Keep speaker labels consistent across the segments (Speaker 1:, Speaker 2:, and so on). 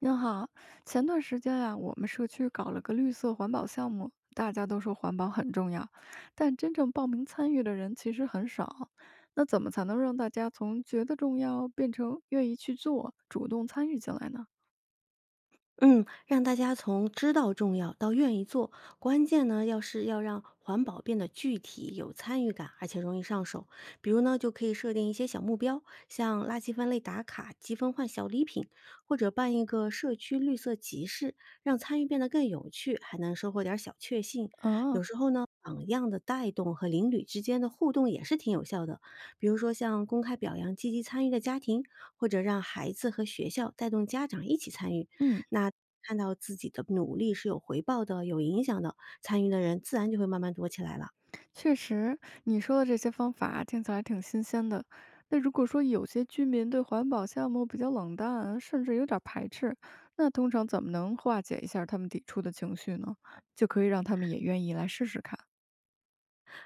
Speaker 1: 您好，前段时间呀、我们社区搞了个绿色环保项目，大家都说环保很重要，但真正报名参与的人其实很少。那怎么才能让大家从觉得重要变成愿意去做，主动参与进来呢？
Speaker 2: 嗯，让大家从知道重要到愿意做，关键呢，要是要让环保变得具体、有参与感，而且容易上手。比如呢，就可以设定一些小目标，像垃圾分类打卡、积分换小礼品，或者办一个社区绿色集市，让参与变得更有趣，还能收获点儿小确幸。
Speaker 1: 啊，
Speaker 2: 有时候呢，榜样的带动和邻里之间的互动也是挺有效的，比如说像公开表扬积极参与的家庭，或者让孩子和学校带动家长一起参与。
Speaker 1: 嗯，
Speaker 2: 那看到自己的努力是有回报的、有影响的，参与的人自然就会慢慢多起来了。
Speaker 1: 确实，你说的这些方法听起来挺新鲜的。那如果说有些居民对环保项目比较冷淡，甚至有点排斥，那通常怎么能化解一下他们抵触的情绪呢？就可以让他们也愿意来试试看。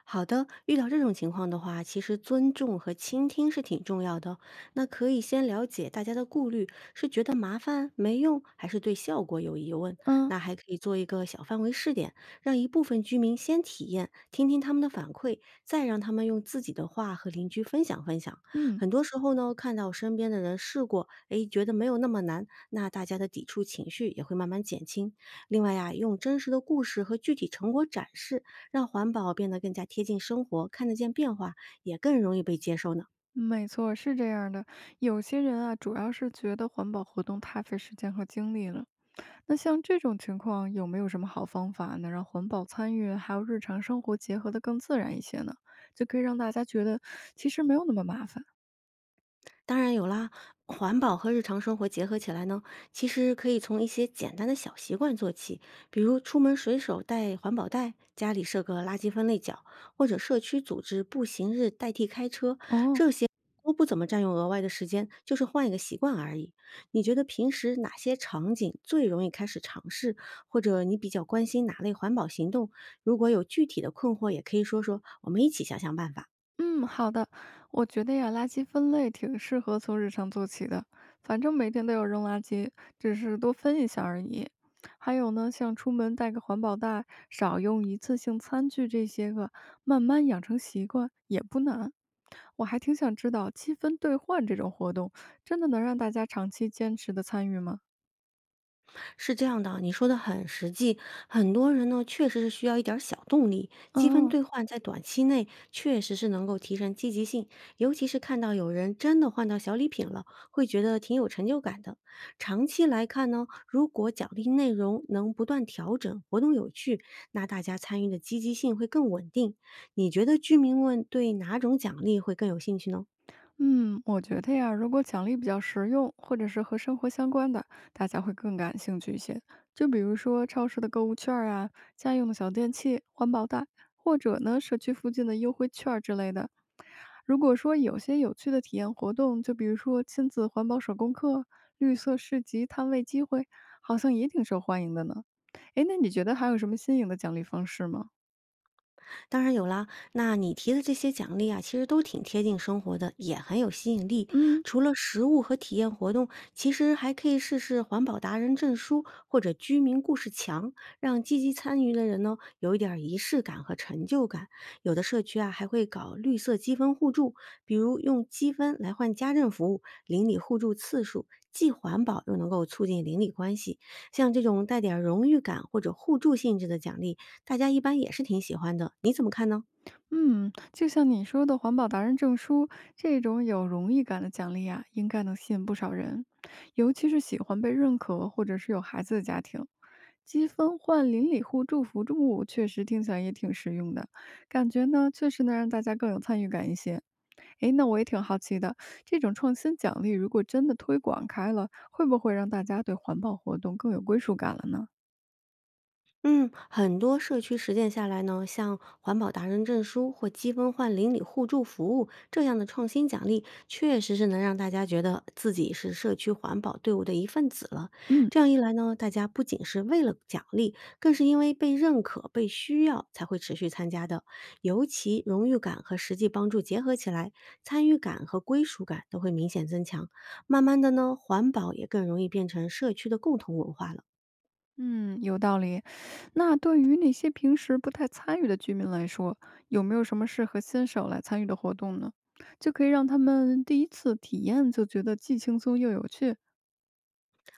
Speaker 2: 好的，遇到这种情况的话，其实尊重和倾听是挺重要的哦。那可以先了解大家的顾虑，是觉得麻烦没用，还是对效果有疑问？
Speaker 1: 嗯
Speaker 2: 那还可以做一个小范围试点，让一部分居民先体验，听听他们的反馈，再让他们用自己的话和邻居分享。
Speaker 1: 嗯，
Speaker 2: 很多时候呢，看到身边的人试过，诶，觉得没有那么难，那大家的抵触情绪也会慢慢减轻。另外呀、用真实的故事和具体成果展示，让环保变得更加贴近生活，看得见变化，也更容易被接受呢？
Speaker 1: 没错，是这样的。有些人啊，主要是觉得环保活动太费时间和精力了。那像这种情况，有没有什么好方法能让环保参与还有日常生活结合的更自然一些呢？就可以让大家觉得其实没有那么麻烦。
Speaker 2: 当然有啦，环保和日常生活结合起来呢，其实可以从一些简单的小习惯做起，比如出门随手带环保袋，家里设个垃圾分类角，或者社区组织步行日代替开车，
Speaker 1: 哦，
Speaker 2: 这些都不怎么占用额外的时间，就是换一个习惯而已。你觉得平时哪些场景最容易开始尝试，或者你比较关心哪类环保行动？如果有具体的困惑，也可以说说，我们一起想想办法。
Speaker 1: 嗯，好的。我觉得呀，垃圾分类挺适合从日常做起的，反正每天都有扔垃圾，只是多分一下而已。还有呢，像出门带个环保袋，少用一次性餐具这些个，慢慢养成习惯也不难。我还挺想知道积分兑换这种活动，真的能让大家长期坚持的参与吗？
Speaker 2: 是这样的啊，你说的很实际。很多人呢，确实是需要一点儿小动力，积分
Speaker 1: 嗯
Speaker 2: 兑换在短期内确实是能够提升积极性，尤其是看到有人真的换到小礼品了，会觉得挺有成就感的。长期来看呢，如果奖励内容能不断调整，活动有趣，那大家参与的积极性会更稳定。你觉得居民们对哪种奖励会更有兴趣呢？
Speaker 1: 嗯，我觉得呀，如果奖励比较实用，或者是和生活相关的，大家会更感兴趣一些。就比如说超市的购物券儿啊，家用的小电器、环保袋，或者呢社区附近的优惠券儿之类的。如果说有些有趣的体验活动，就比如说亲子环保手工课、绿色市集摊位机会，好像也挺受欢迎的呢。诶，那你觉得还有什么新颖的奖励方式吗？
Speaker 2: 当然有啦，那你提的这些奖励啊，其实都挺贴近生活的，也很有吸引力。
Speaker 1: 嗯，
Speaker 2: 除了食物和体验活动，其实还可以试试环保达人证书或者居民故事墙，让积极参与的人呢有一点儿仪式感和成就感。有的社区啊还会搞绿色积分互助，比如用积分来换家政服务、邻里互助次数。既环保又能够促进邻里关系，像这种带点儿荣誉感或者互助性质的奖励啊大家一般也是挺喜欢的，你怎么看呢？
Speaker 1: 嗯，就像你说的环保达人证书这种有荣誉感的奖励啊，应该能吸引不少人，尤其是喜欢被认可或者是有孩子的家庭。积分换邻里互助服务，确实听起来也挺实用的，感觉呢确实能让大家更有参与感一些。诶，那我也挺好奇的，这种创新奖励如果真的推广开了，会不会让大家对环保活动更有归属感了呢？
Speaker 2: 嗯，很多社区实践下来呢，像环保达人证书或积分换邻里互助服务这样的创新奖励，确实是能让大家觉得自己是社区环保队伍的一份子了。
Speaker 1: 嗯。
Speaker 2: 这样一来呢，大家不仅是为了奖励，更是因为被认可、被需要才会持续参加的。尤其荣誉感和实际帮助结合起来，参与感和归属感都会明显增强。慢慢的呢，环保也更容易变成社区的共同文化了。
Speaker 1: 嗯，有道理。那对于那些平时不太参与的居民来说，有没有什么适合新手来参与的活动呢？就可以让他们第一次体验就觉得既轻松又有趣。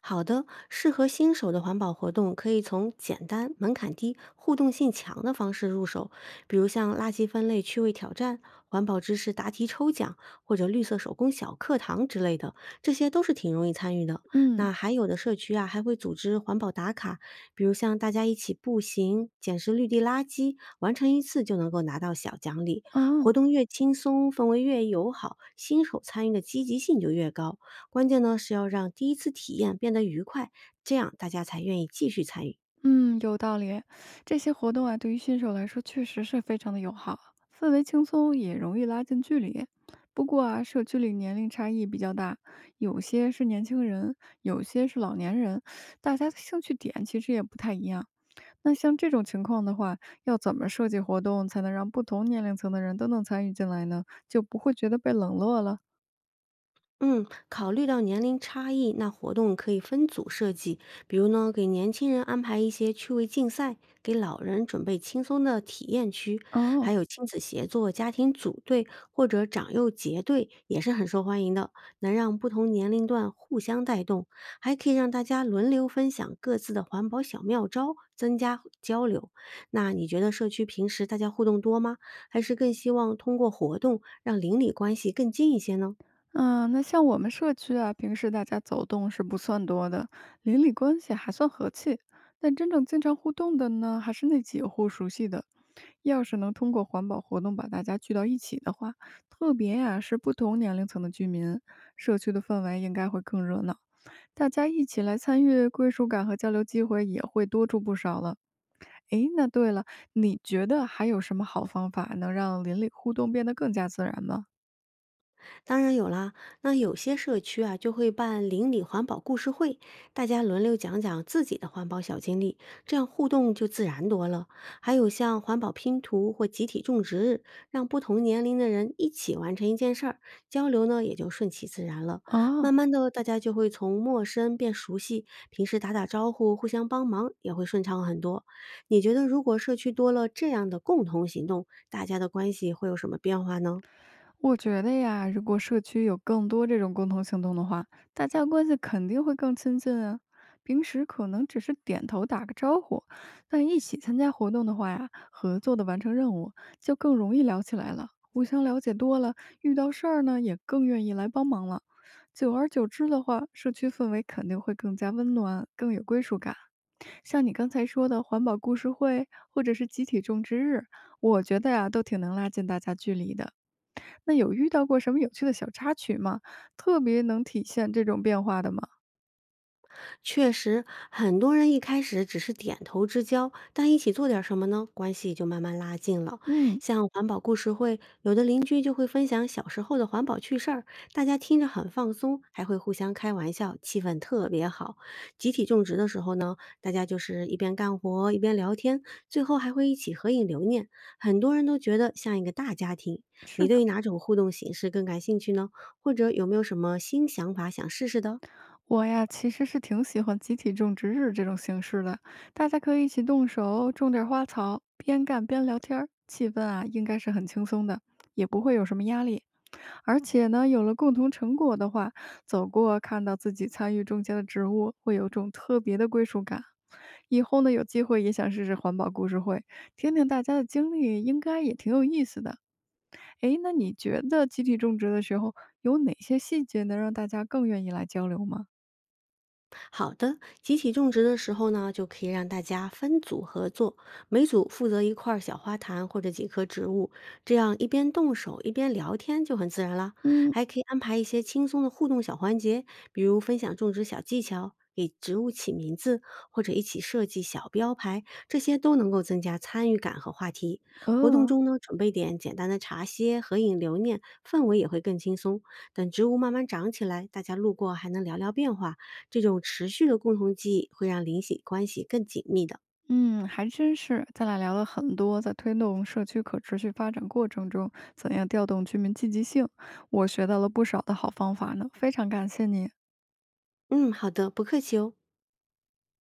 Speaker 2: 好的，适合新手的环保活动可以从简单、门槛低、互动性强的方式入手，比如像垃圾分类趣味挑战、环保知识答题抽奖或者绿色手工小课堂之类的，这些都是挺容易参与的。
Speaker 1: 嗯，
Speaker 2: 那还有的社区啊，还会组织环保打卡，比如像大家一起步行、捡拾绿地垃圾，完成一次就能够拿到小奖励。
Speaker 1: 啊，
Speaker 2: 活动越轻松，氛围越友好，新手参与的积极性就越高。关键呢是要让第一次体验变得愉快，这样大家才愿意继续参与。
Speaker 1: 嗯，有道理。这些活动啊，对于新手来说确实是非常的友好，氛围轻松，也容易拉近距离。不过啊，社区里年龄差异比较大，有些是年轻人，有些是老年人，大家的兴趣点其实也不太一样。那像这种情况的话，要怎么设计活动才能让不同年龄层的人都能参与进来呢？就不会觉得被冷落了？
Speaker 2: 嗯，考虑到年龄差异，那活动可以分组设计，比如呢，给年轻人安排一些趣味竞赛，给老人准备轻松的体验区，
Speaker 1: 哦，
Speaker 2: 还有亲子协作、家庭组队或者长幼结队也是很受欢迎的，能让不同年龄段互相带动，还可以让大家轮流分享各自的环保小妙招，增加交流。那你觉得社区平时大家互动多吗？还是更希望通过活动让邻里关系更近一些呢？
Speaker 1: 啊，那像我们社区啊，平时大家走动是不算多的，邻里关系还算和气。但真正经常互动的呢，还是那几户熟悉的。要是能通过环保活动把大家聚到一起的话，特别呀、是不同年龄层的居民，社区的氛围应该会更热闹。大家一起来参与，归属感和交流机会也会多出不少了。诶，那对了，你觉得还有什么好方法能让邻里互动变得更加自然吗？
Speaker 2: 当然有啦，那有些社区啊就会办邻里环保故事会，大家轮流讲讲自己的环保小经历，这样互动就自然多了。还有像环保拼图或集体种植日，让不同年龄的人一起完成一件事儿，交流呢也就顺其自然了。
Speaker 1: 啊？
Speaker 2: 慢慢的，大家就会从陌生变熟悉，平时打招呼、互相帮忙也会顺畅很多。你觉得如果社区多了这样的共同行动，大家的关系会有什么变化呢？
Speaker 1: 我觉得呀，如果社区有更多这种共同行动的话，大家关系肯定会更亲近啊。平时可能只是点头打个招呼，但一起参加活动的话呀，合作的完成任务就更容易聊起来了。互相了解多了，遇到事儿呢也更愿意来帮忙了。久而久之的话，社区氛围肯定会更加温暖，更有归属感。像你刚才说的环保故事会，或者是集体种植日，我觉得呀、都挺能拉近大家距离的。那有遇到过什么有趣的小插曲吗？特别能体现这种变化的吗？
Speaker 2: 确实，很多人一开始只是点头之交，但一起做点儿什么呢？关系就慢慢拉近了。
Speaker 1: 嗯，
Speaker 2: 像环保故事会，有的邻居就会分享小时候的环保趣事儿，大家听着很放松，还会互相开玩笑，气氛特别好。集体种植的时候呢，大家就是一边干活一边聊天，最后还会一起合影留念。很多人都觉得像一个大家庭。
Speaker 1: 是
Speaker 2: 你对
Speaker 1: 的，
Speaker 2: 于哪种互动形式更感兴趣呢？或者有没有什么新想法想试试的？
Speaker 1: 我呀其实是挺喜欢集体种植日这种形式的，大家可以一起动手种点花草，边干边聊天儿，气氛啊应该是很轻松的，也不会有什么压力。而且呢，有了共同成果的话，走过看到自己参与种下的植物，会有种特别的归属感。以后呢，有机会也想试试环保故事会，听听大家的经历，应该也挺有意思的。诶，那你觉得集体种植的时候，有哪些细节能让大家更愿意来交流吗？
Speaker 2: 好的，集体种植的时候呢，就可以让大家分组合作，每组负责一块儿小花坛或者几棵植物，这样一边动手一边聊天就很自然啦。
Speaker 1: 嗯，
Speaker 2: 还可以安排一些轻松的互动小环节，比如分享种植小技巧。给植物起名字，或者一起设计小标牌，这些都能够增加参与感和话题。活动
Speaker 1: 呃，
Speaker 2: 中呢，准备点简单的茶歇、合影留念，氛围也会更轻松。等植物慢慢长起来，大家路过还能聊聊变化，这种持续的共同记忆会让灵里关系更紧密的。
Speaker 1: 嗯，还真是。咱俩聊了很多，在推动社区可持续发展过程中，怎样调动居民积极性，我学到了不少的好方法呢，非常感谢你。
Speaker 2: 嗯，好的，不客气哦。